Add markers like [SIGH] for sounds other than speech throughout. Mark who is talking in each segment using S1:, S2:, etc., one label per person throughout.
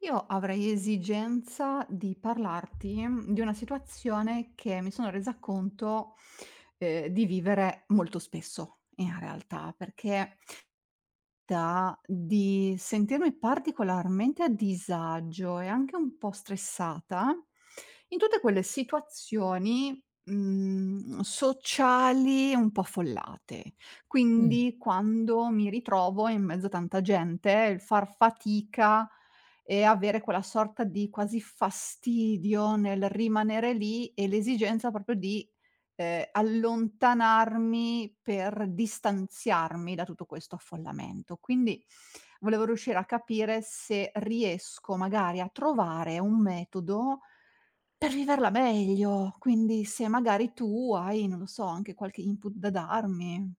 S1: Io avrei esigenza di parlarti di una situazione che mi sono resa conto, di vivere molto spesso in realtà, perché Ta di sentirmi particolarmente a disagio e anche un po' stressata in tutte quelle situazioni, sociali un po' affollate.
S2: Mh,
S1: Quindi quando mi ritrovo in mezzo a tanta gente, il far fatica e avere quella sorta di quasi fastidio nel rimanere lì e l'esigenza proprio di allontanarmi per distanziarmi da tutto questo affollamento. Quindi volevo riuscire a capire se riesco magari a trovare un metodo per viverla meglio, quindi se magari tu hai, non lo so, anche qualche input da darmi.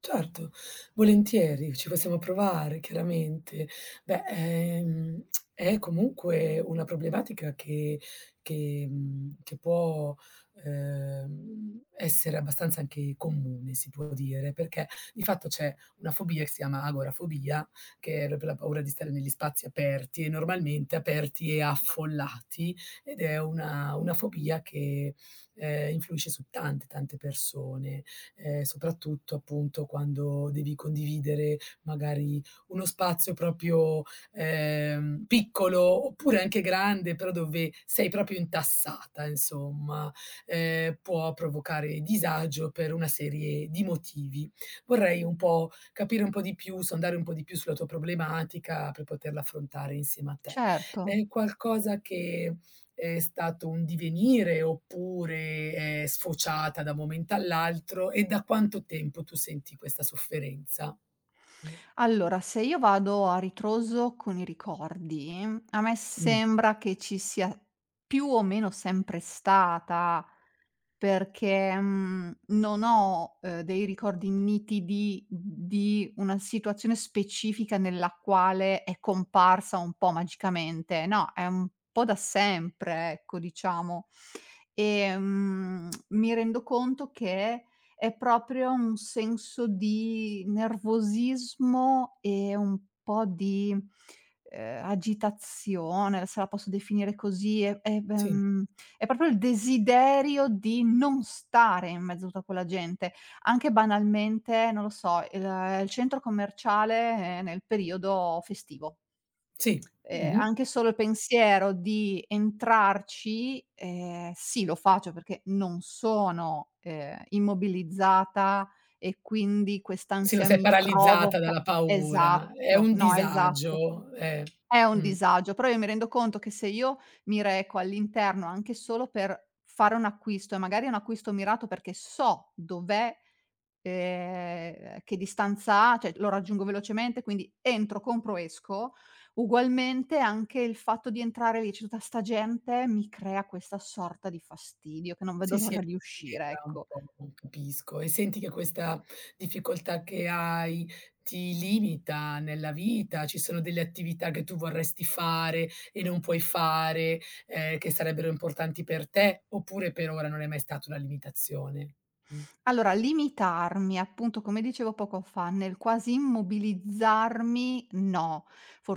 S2: certo, volentieri, ci possiamo provare chiaramente. Beh, è comunque una problematica che può, essere abbastanza anche comune, si può dire, perché di fatto c'è una fobia che si chiama agorafobia, che è proprio la paura di stare negli spazi aperti e normalmente aperti e affollati, ed è una fobia che, influisce su tante, tante persone. Soprattutto appunto quando devi condividere magari uno spazio proprio, piccolo oppure anche grande, però dove sei proprio intassata insomma, può provocare disagio per una serie di motivi. Vorrei un po' capire un po' di più, sondare un po' di più sulla tua problematica per poterla affrontare insieme a te.
S1: Certo.
S2: È qualcosa che è stato un divenire oppure è sfociata da un momento all'altro e da quanto tempo tu senti questa sofferenza? Mh.
S1: Allora, se io vado a ritroso con i ricordi, a me
S2: Mh.
S1: sembra che ci sia più o meno sempre stata. Perché, non ho, dei ricordi nitidi di una situazione specifica nella quale è comparsa un po' magicamente. No, è un po' da sempre, ecco, diciamo. E, mi rendo conto che è proprio un senso di nervosismo e un po' di, agitazione, se la posso definire così,
S2: Sì,
S1: è proprio il desiderio di non stare in mezzo a tutta quella gente. Anche banalmente, non lo so, il centro commerciale, nel periodo festivo.
S2: sì. Mh-mh.
S1: Anche solo il pensiero di entrarci, sì lo faccio perché non sono, immobilizzata e quindi
S2: Sì, non
S1: quest'ansia
S2: sei
S1: mi
S2: paralizzata
S1: provoca
S2: dalla paura, è
S1: esatto,
S2: un
S1: no, esatto.
S2: disagio, eh.
S1: È un
S2: Mh.
S1: disagio, però io mi rendo conto che se io mi reco all'interno anche solo per fare un acquisto e magari è un acquisto mirato perché so dov'è. Che distanza ha? Cioè lo raggiungo velocemente, quindi entro, compro, esco. Ugualmente anche il fatto di entrare lì, c'è tutta 'sta gente, mi crea questa sorta di fastidio che non vedo
S2: Sì, sì,
S1: l'ora di uscire,
S2: era un
S1: ecco.
S2: po', capisco. E senti che questa difficoltà che hai ti limita nella vita? Ci sono delle attività che tu vorresti fare e non puoi fare, che sarebbero importanti per te, oppure per ora non è mai stata una limitazione? Mh,
S1: Allora, limitarmi, appunto, come dicevo poco fa, nel quasi immobilizzarmi no,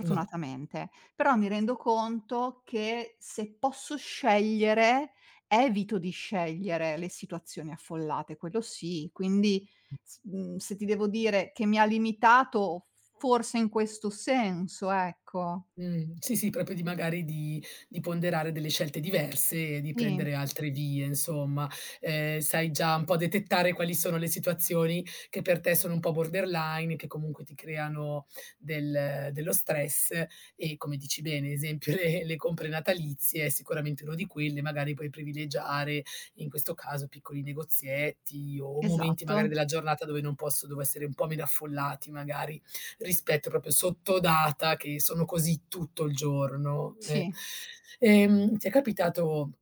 S2: no.
S1: Però mi rendo conto che se posso scegliere, evito di scegliere le situazioni affollate, quello sì. Quindi, se ti devo dire che mi ha limitato, forse in questo senso, ecco.
S2: Sì, sì, proprio di magari di ponderare delle scelte diverse e di
S1: Sì,
S2: prendere altre vie insomma. Sai già un po' detettare quali sono le situazioni che per te sono un po' borderline, che comunque ti creano dello stress e come dici bene, esempio [LAUGHS] le compre natalizie è sicuramente uno di quelle, magari puoi privilegiare in questo caso piccoli negozietti o momenti magari
S1: esatto.
S2: della giornata dove non posso dove essere un po' meno affollati magari rispetto proprio sottodata che sono così tutto il giorno, eh.
S1: Sì.
S2: Ti è capitato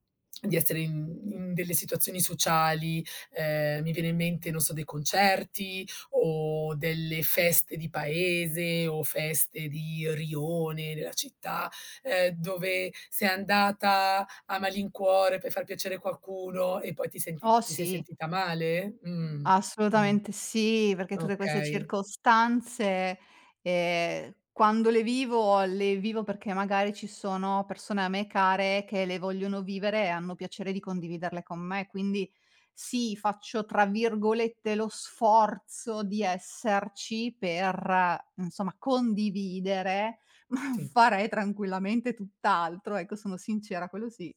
S2: di essere in delle situazioni sociali, mi viene in mente, non so, dei concerti o delle feste di paese o feste di rione della città, dove sei andata a malincuore per far piacere qualcuno e poi ti senti
S1: Oh
S2: ti sei
S1: sì.
S2: sentita male? Mh,
S1: Assolutamente sì, perché tutte queste
S2: okay,
S1: circostanze, quando le vivo perché magari ci sono persone a me care che le vogliono vivere e hanno piacere di condividerle con me. Quindi sì, faccio tra virgolette "lo sforzo" di esserci per, insomma, condividere, [LAUGHS] ma
S2: sì.
S1: farei tranquillamente tutt'altro, ecco, sono sincera, quello sì.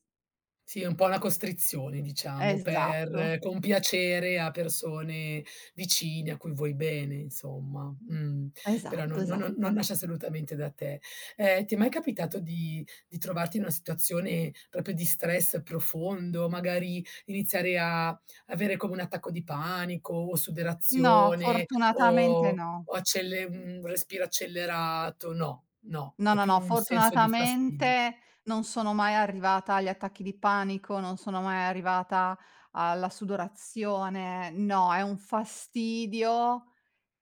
S2: Sì, è un po' una costrizione diciamo,
S1: Esatto,
S2: per compiacere a persone vicine, a cui vuoi bene insomma, però
S1: esatto,
S2: non
S1: esatto.
S2: nasce assolutamente da te. Ti è mai capitato di trovarti in una situazione proprio di stress profondo, magari iniziare a avere come un attacco di panico o
S1: No,
S2: sudorazione
S1: fortunatamente no.
S2: o accelle un respiro accelerato? No, no,
S1: No,
S2: è
S1: no,
S2: più
S1: no,
S2: un senso di fastidio.
S1: fortunatamente non sono mai arrivata agli attacchi di panico, non sono mai arrivata alla sudorazione. No, è un fastidio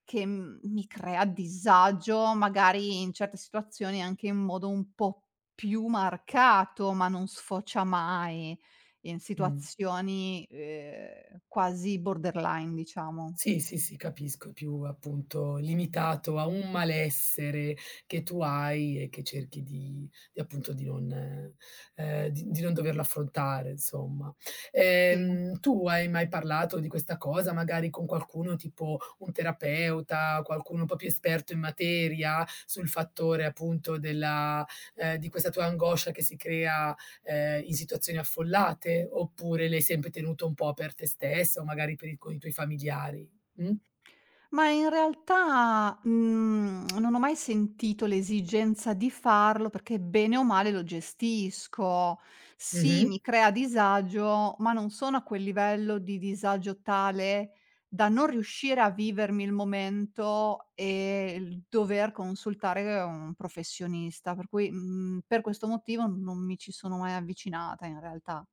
S1: che, mi crea disagio, magari in certe situazioni anche in modo un po' più marcato, ma non sfocia mai in
S2: Mh.
S1: situazioni, quasi borderline diciamo.
S2: Sì, sì, sì, capisco, è più appunto limitato a un malessere che tu hai e che cerchi di appunto di non di di non doverlo affrontare insomma.
S1: Sì.
S2: Tu hai mai parlato di questa cosa magari con qualcuno tipo un terapeuta, qualcuno un po' più esperto in materia, sul fattore appunto della di questa tua angoscia che si crea, in situazioni affollate? Oppure l'hai sempre tenuto un po' per te stessa o magari per i con i tuoi familiari? Mh.
S1: Ma in realtà, non ho mai sentito l'esigenza di farlo perché bene o male lo gestisco. Sì,
S2: Mh-mh.
S1: mi crea disagio, ma non sono a quel livello di disagio tale da non riuscire a vivermi il momento e il dover consultare un professionista, per cui, per questo motivo non mi ci sono mai avvicinata in realtà.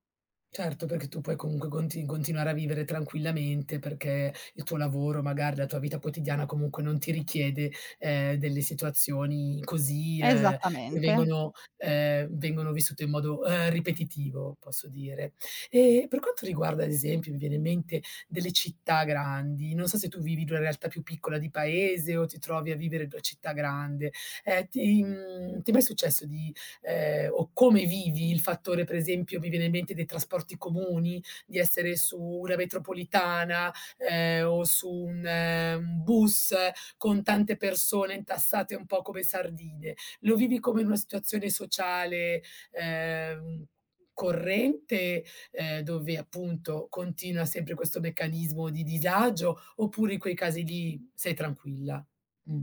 S2: Certo, perché tu puoi comunque continuare a vivere tranquillamente, perché il tuo lavoro, magari la tua vita quotidiana comunque non ti richiede, delle situazioni così, che
S1: Esattamente.
S2: vengono vengono vissute in modo, ripetitivo, posso dire. E per quanto riguarda, ad esempio, mi viene in mente delle città grandi, non so se tu vivi in una realtà più piccola di paese o ti trovi a vivere in una città grande, ti è mai successo di o come vivi il fattore, per esempio, mi viene in mente dei trasporti comuni, di essere su una metropolitana, o su un bus con tante persone intassate un po' come sardine. Lo vivi come una situazione sociale, ehm, corrente, dove appunto continua sempre questo meccanismo di disagio, oppure in quei casi lì sei tranquilla? Mh,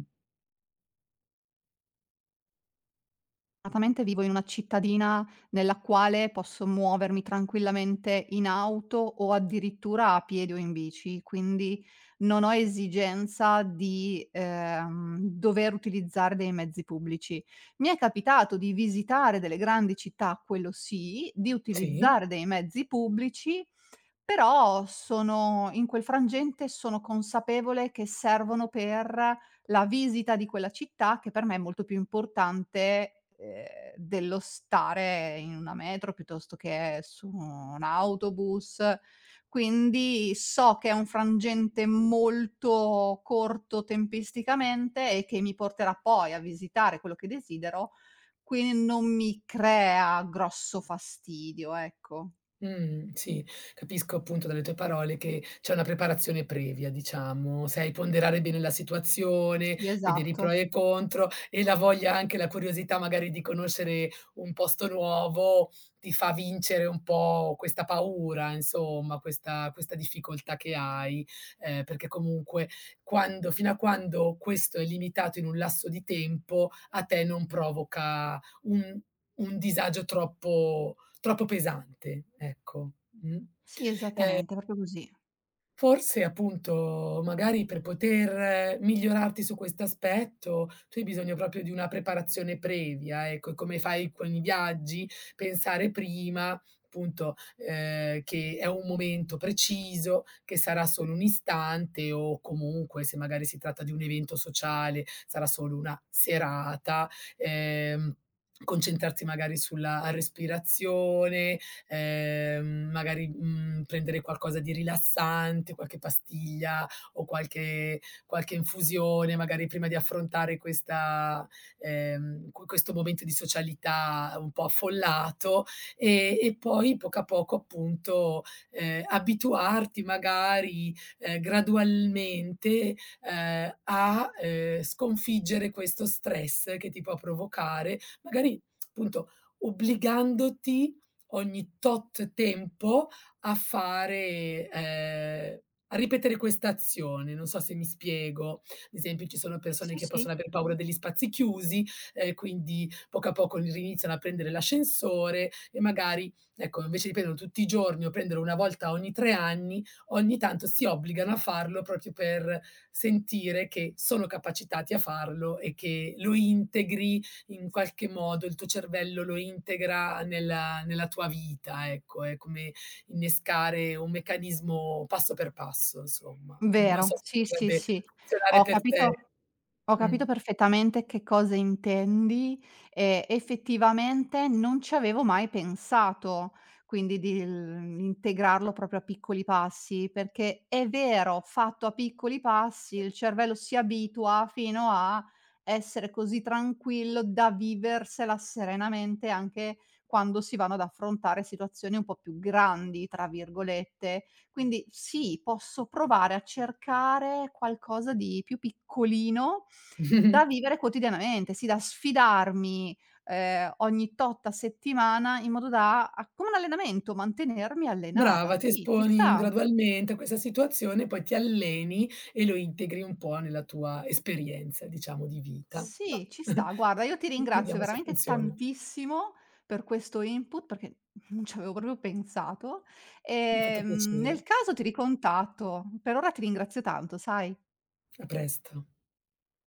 S1: Fortunatamente vivo in una cittadina nella quale posso muovermi tranquillamente in auto o addirittura a piedi o in bici, quindi non ho esigenza di, dover utilizzare dei mezzi pubblici. Mi è capitato di visitare delle grandi città, quello sì, di
S2: sì.
S1: utilizzare dei mezzi pubblici, però sono in quel frangente sono consapevole che servono per la visita di quella città, che per me è molto più importante, dello stare in una metro piuttosto che su un autobus. Quindi so che è un frangente molto corto tempisticamente e che mi porterà poi a visitare quello che desidero, quindi non mi crea grosso fastidio, ecco.
S2: Sì, capisco appunto dalle tue parole che c'è una preparazione previa, diciamo. Sai ponderare bene la situazione,
S1: Sì,
S2: vedere i pro
S1: esatto.
S2: e i contro e la voglia, anche la curiosità magari di conoscere un posto nuovo, ti fa vincere un po' questa paura, insomma, questa difficoltà che hai, perché comunque quando fino a quando questo è limitato in un lasso di tempo, a te non provoca un disagio troppo pesante, ecco. Mh.
S1: Sì, esattamente, proprio così.
S2: Forse appunto, magari per poter migliorarti su questo aspetto, tu hai bisogno proprio di una preparazione previa, ecco, e come fai con i viaggi, pensare prima, appunto, che è un momento preciso, che sarà solo un istante o comunque, se magari si tratta di un evento sociale, sarà solo una serata, ehm, concentrarsi magari sulla respirazione, prendere qualcosa di rilassante, qualche pastiglia o qualche qualche infusione, magari prima di affrontare questa questo momento di socialità un po' affollato, e poi poco a poco appunto, abituarti magari, gradualmente, sconfiggere questo stress che ti può provocare, magari appunto obbligandoti ogni tot tempo a fare a ripetere questa azione. Non so se mi spiego. Ad esempio ci sono persone
S1: Sì,
S2: che
S1: sì,
S2: possono aver paura degli spazi chiusi, quindi poco a poco riniziano a prendere l'ascensore e magari, ecco, invece di prenderlo tutti i giorni o prenderlo una volta ogni 3 anni, ogni tanto si obbligano a farlo proprio per sentire che sono capacitati a farlo e che lo integri in qualche modo il tuo cervello lo integra nella nella tua vita, ecco. È come innescare un meccanismo passo per passo, insomma. Non so
S1: vero.
S2: se
S1: Sì, sì,
S2: potrebbe
S1: sì.
S2: funzionare
S1: Ho
S2: per te.
S1: capito. Ho
S2: Mh.
S1: capito perfettamente che cosa intendi e effettivamente non ci avevo mai pensato, quindi di l integrarlo proprio a piccoli passi, perché è vero, fatto a piccoli passi il cervello si abitua fino a essere così tranquillo da viversela serenamente anche quando si vanno ad affrontare situazioni un po' più "grandi" tra virgolette. Quindi sì, posso provare a cercare qualcosa di più piccolino da
S2: [LAUGHS]
S1: vivere quotidianamente, sì, da sfidarmi, ogni tot a settimana in modo da a come un allenamento, mantenermi allenata.
S2: Brava, ti
S1: Sì, ci
S2: esponi
S1: sta.
S2: gradualmente a questa situazione, poi ti alleni e lo integri un po' nella tua esperienza, diciamo, di vita. Bah,
S1: Sì, ci sta.
S2: [LAUGHS]
S1: Guarda, io ti ringrazio
S2: vediamo se
S1: veramente
S2: funziona.
S1: tantissimo per questo input, perché [LAUGHS] non ci avevo proprio pensato.
S2: Mi ha fatto
S1: Nel
S2: piacere.
S1: caso ti ricontatto. Per ora ti ringrazio tanto, sai.
S2: A presto.